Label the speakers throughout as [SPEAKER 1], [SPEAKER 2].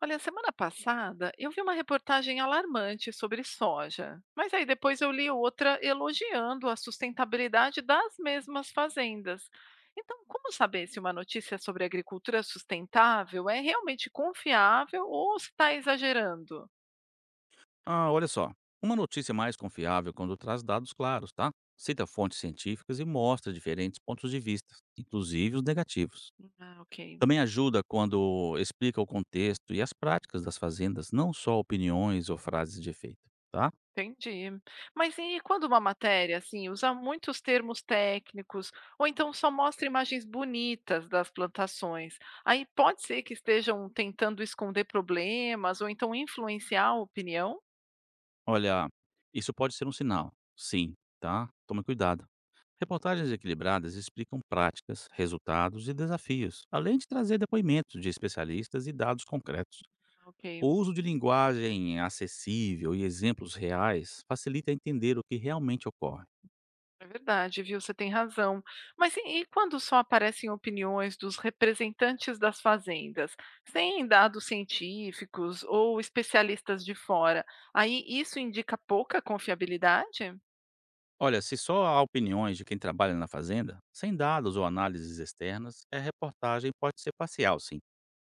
[SPEAKER 1] Olha, semana passada eu vi uma reportagem alarmante sobre soja, mas aí depois eu li outra elogiando a sustentabilidade das mesmas fazendas. Então, como saber se uma notícia sobre agricultura sustentável é realmente confiável ou se está exagerando?
[SPEAKER 2] Ah, olha só. Uma notícia mais confiável quando traz dados claros, tá? Cita fontes científicas e mostra diferentes pontos de vista, inclusive os negativos.
[SPEAKER 1] Ah, ok.
[SPEAKER 2] Também ajuda quando explica o contexto e as práticas das fazendas, não só opiniões ou frases de efeito, tá?
[SPEAKER 1] Entendi. Mas e quando uma matéria, assim, usa muitos termos técnicos, ou então só mostra imagens bonitas das plantações, aí pode ser que estejam tentando esconder problemas, ou então influenciar a opinião?
[SPEAKER 2] Olha, isso pode ser um sinal, sim, tá? Tome cuidado. Reportagens equilibradas explicam práticas, resultados e desafios, além de trazer depoimentos de especialistas e dados concretos.
[SPEAKER 1] Ok,
[SPEAKER 2] O uso de linguagem acessível e exemplos reais facilita entender o que realmente ocorre.
[SPEAKER 1] é verdade, viu? Você tem razão. Mas e quando só aparecem opiniões dos representantes das fazendas, sem dados científicos ou especialistas de fora, aí isso indica pouca confiabilidade?
[SPEAKER 2] Olha, se só há opiniões de quem trabalha na fazenda, sem dados ou análises externas, a reportagem pode ser parcial, sim.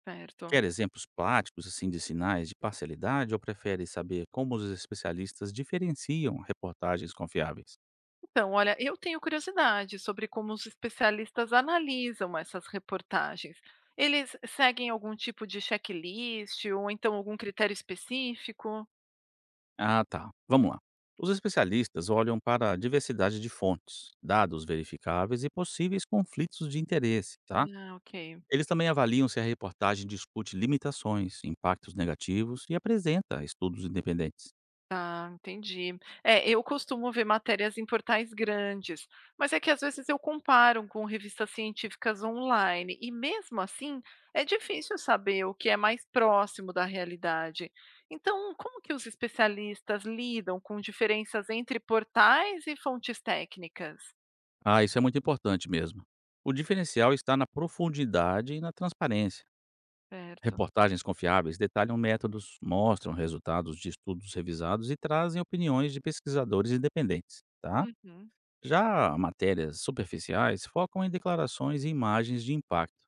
[SPEAKER 1] Certo.
[SPEAKER 2] Quer exemplos práticos assim de sinais de parcialidade ou prefere saber como os especialistas diferenciam reportagens confiáveis?
[SPEAKER 1] Então, olha, eu tenho curiosidade sobre como os especialistas analisam essas reportagens. Eles seguem algum tipo de checklist ou então algum critério específico?
[SPEAKER 2] Ah, tá. Vamos lá. Os especialistas olham para a diversidade de fontes, dados verificáveis e possíveis conflitos de interesse, tá?
[SPEAKER 1] Ah, ok.
[SPEAKER 2] Eles também avaliam se a reportagem discute limitações, impactos negativos e apresenta estudos independentes.
[SPEAKER 1] Tá, entendi. É, eu costumo ver matérias em portais grandes, mas é que às vezes eu comparo com revistas científicas online, e mesmo assim é difícil saber o que é mais próximo da realidade. Então, como que os especialistas lidam com diferenças entre portais e fontes técnicas?
[SPEAKER 2] Ah, isso é muito importante mesmo. O diferencial está na profundidade e na transparência.
[SPEAKER 1] Certo.
[SPEAKER 2] Reportagens confiáveis detalham métodos, mostram resultados de estudos revisados e trazem opiniões de pesquisadores independentes, tá?
[SPEAKER 1] Uhum.
[SPEAKER 2] Já matérias superficiais focam em declarações e imagens de impacto.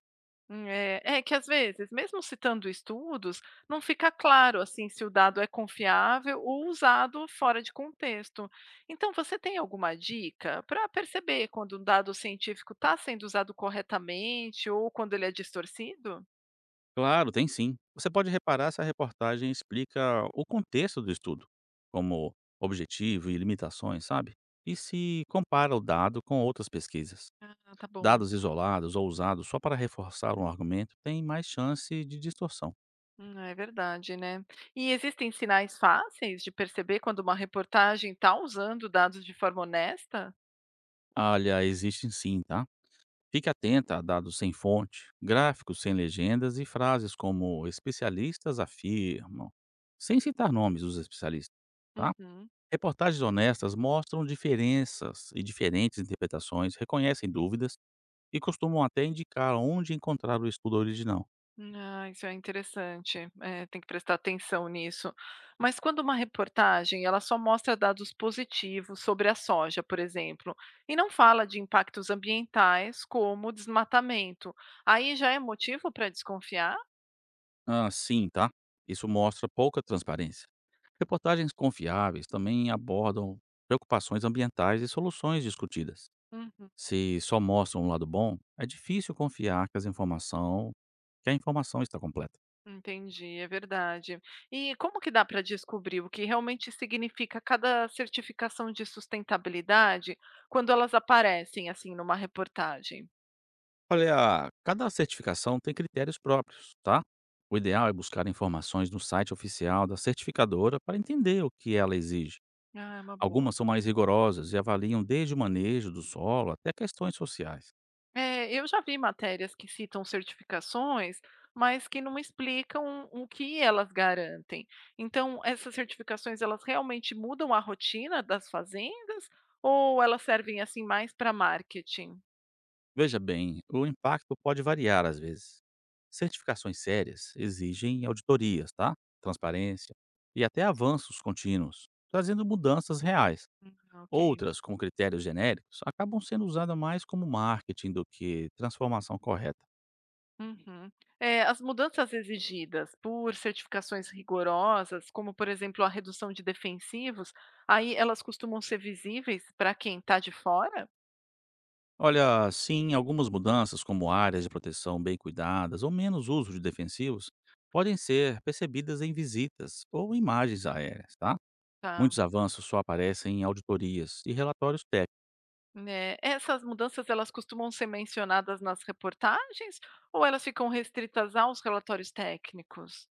[SPEAKER 1] É. É que, às vezes, mesmo citando estudos, não fica claro, assim, se o dado é confiável ou usado fora de contexto. Então, você tem alguma dica para perceber quando um dado científico está sendo usado corretamente ou quando ele é distorcido?
[SPEAKER 2] Claro, tem sim. Você pode reparar se a reportagem explica o contexto do estudo, como objetivo e limitações, sabe? E se compara o dado com outras pesquisas.
[SPEAKER 1] Ah, tá bom.
[SPEAKER 2] Dados isolados ou usados só para reforçar um argumento têm mais chance de distorção.
[SPEAKER 1] É verdade, né? E existem sinais fáceis de perceber quando uma reportagem está usando dados de forma honesta?
[SPEAKER 2] Olha, existem sim, tá? Fique atenta a dados sem fonte, gráficos sem legendas e frases como especialistas afirmam, sem citar nomes dos especialistas, tá?
[SPEAKER 1] Uhum.
[SPEAKER 2] Reportagens honestas mostram diferenças e diferentes interpretações, reconhecem dúvidas e costumam até indicar onde encontrar o estudo original.
[SPEAKER 1] Ah, isso é interessante. É, tem que prestar atenção nisso. Mas quando uma reportagem ela só mostra dados positivos sobre a soja, por exemplo, e não fala de impactos ambientais como o desmatamento, aí já é motivo para desconfiar?
[SPEAKER 2] Ah, sim, tá? Isso mostra pouca transparência. Reportagens confiáveis também abordam preocupações ambientais e soluções discutidas.
[SPEAKER 1] Uhum,
[SPEAKER 2] Se só mostram um lado bom, é difícil confiar que a informação está completa.
[SPEAKER 1] entendi, é verdade. E como que dá para descobrir o que realmente significa cada certificação de sustentabilidade quando elas aparecem assim numa reportagem?
[SPEAKER 2] Olha, cada certificação tem critérios próprios, tá? O ideal é buscar informações no site oficial da certificadora para entender o que ela exige.
[SPEAKER 1] Ah, é uma boa.
[SPEAKER 2] Algumas são mais rigorosas e avaliam desde o manejo do solo até questões sociais.
[SPEAKER 1] É, eu já vi matérias que citam certificações, mas que não explicam o que elas garantem. Então, essas certificações, elas realmente mudam a rotina das fazendas ou elas servem assim mais para marketing?
[SPEAKER 2] Veja bem, o impacto pode variar às vezes. Certificações sérias exigem auditorias, tá? Transparência e até avanços contínuos, trazendo mudanças reais.
[SPEAKER 1] Hum, Ok.
[SPEAKER 2] Outras, com critérios genéricos, acabam sendo usadas mais como marketing do que transformação correta.
[SPEAKER 1] Uhum. É, as mudanças exigidas por certificações rigorosas, como por exemplo a redução de defensivos, aí elas costumam ser visíveis para quem está de fora?
[SPEAKER 2] Olha, sim, algumas mudanças, como áreas de proteção bem cuidadas ou menos uso de defensivos, podem ser percebidas em visitas ou imagens aéreas, tá? Muitos avanços só aparecem em auditorias e relatórios técnicos.
[SPEAKER 1] Né, essas mudanças elas costumam ser mencionadas nas reportagens ou elas ficam restritas aos relatórios técnicos?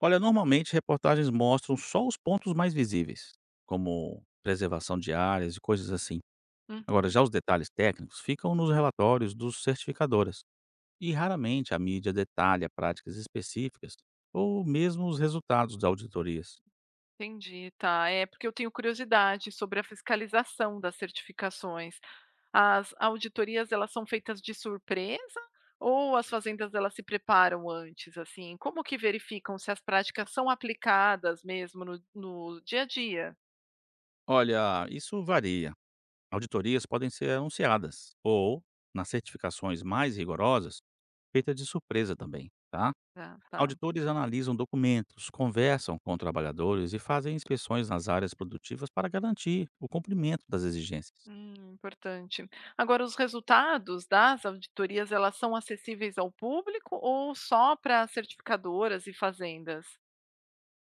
[SPEAKER 2] Olha, normalmente reportagens mostram só os pontos mais visíveis, como preservação de áreas e coisas assim.
[SPEAKER 1] Hum,
[SPEAKER 2] Agora, já os detalhes técnicos ficam nos relatórios dos certificadoras, e raramente a mídia detalha práticas específicas ou mesmo os resultados das auditorias.
[SPEAKER 1] entendi, tá. É porque eu tenho curiosidade sobre a fiscalização das certificações. As auditorias elas são feitas de surpresa ou as fazendas elas se preparam antes, assim? Como que verificam se as práticas são aplicadas mesmo no dia a dia?
[SPEAKER 2] Olha, isso varia. Auditorias podem ser anunciadas ou, nas certificações mais rigorosas, feita de surpresa também, tá?
[SPEAKER 1] Ah, tá.
[SPEAKER 2] Auditores analisam documentos, conversam com trabalhadores e fazem inspeções nas áreas produtivas para garantir o cumprimento das exigências.
[SPEAKER 1] Importante. Agora, os resultados das auditorias, elas são acessíveis ao público ou só para certificadoras e fazendas?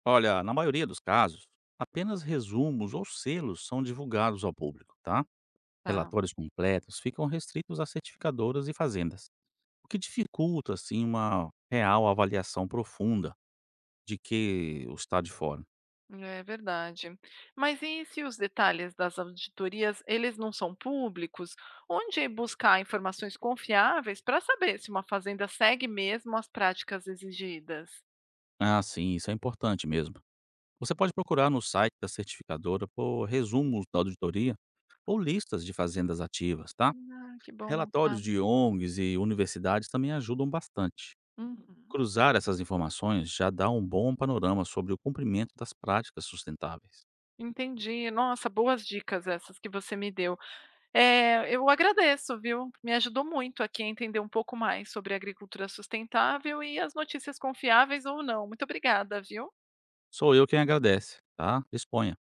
[SPEAKER 2] Olha, na maioria dos casos, apenas resumos ou selos são divulgados ao público, tá?
[SPEAKER 1] Tá,
[SPEAKER 2] Relatórios completos ficam restritos a certificadoras e fazendas, o que dificulta, assim, uma real avaliação profunda de que o estado de fora.
[SPEAKER 1] é verdade. Mas e se os detalhes das auditorias, eles não são públicos? Onde buscar informações confiáveis para saber se uma fazenda segue mesmo as práticas exigidas?
[SPEAKER 2] Ah, sim, isso é importante mesmo. Você pode procurar no site da certificadora por resumos da auditoria ou listas de fazendas ativas, tá?
[SPEAKER 1] Ah, que bom,
[SPEAKER 2] Relatórios
[SPEAKER 1] tá.
[SPEAKER 2] de ONGs e universidades também ajudam bastante.
[SPEAKER 1] Uhum.
[SPEAKER 2] Cruzar essas informações já dá um bom panorama sobre o cumprimento das práticas sustentáveis.
[SPEAKER 1] Entendi. Nossa, boas dicas essas que você me deu. Eu agradeço, viu. Me ajudou muito aqui a entender um pouco mais sobre agricultura sustentável e as notícias confiáveis ou não. Muito obrigada, viu.
[SPEAKER 2] Sou eu quem agradece, tá? Disponha.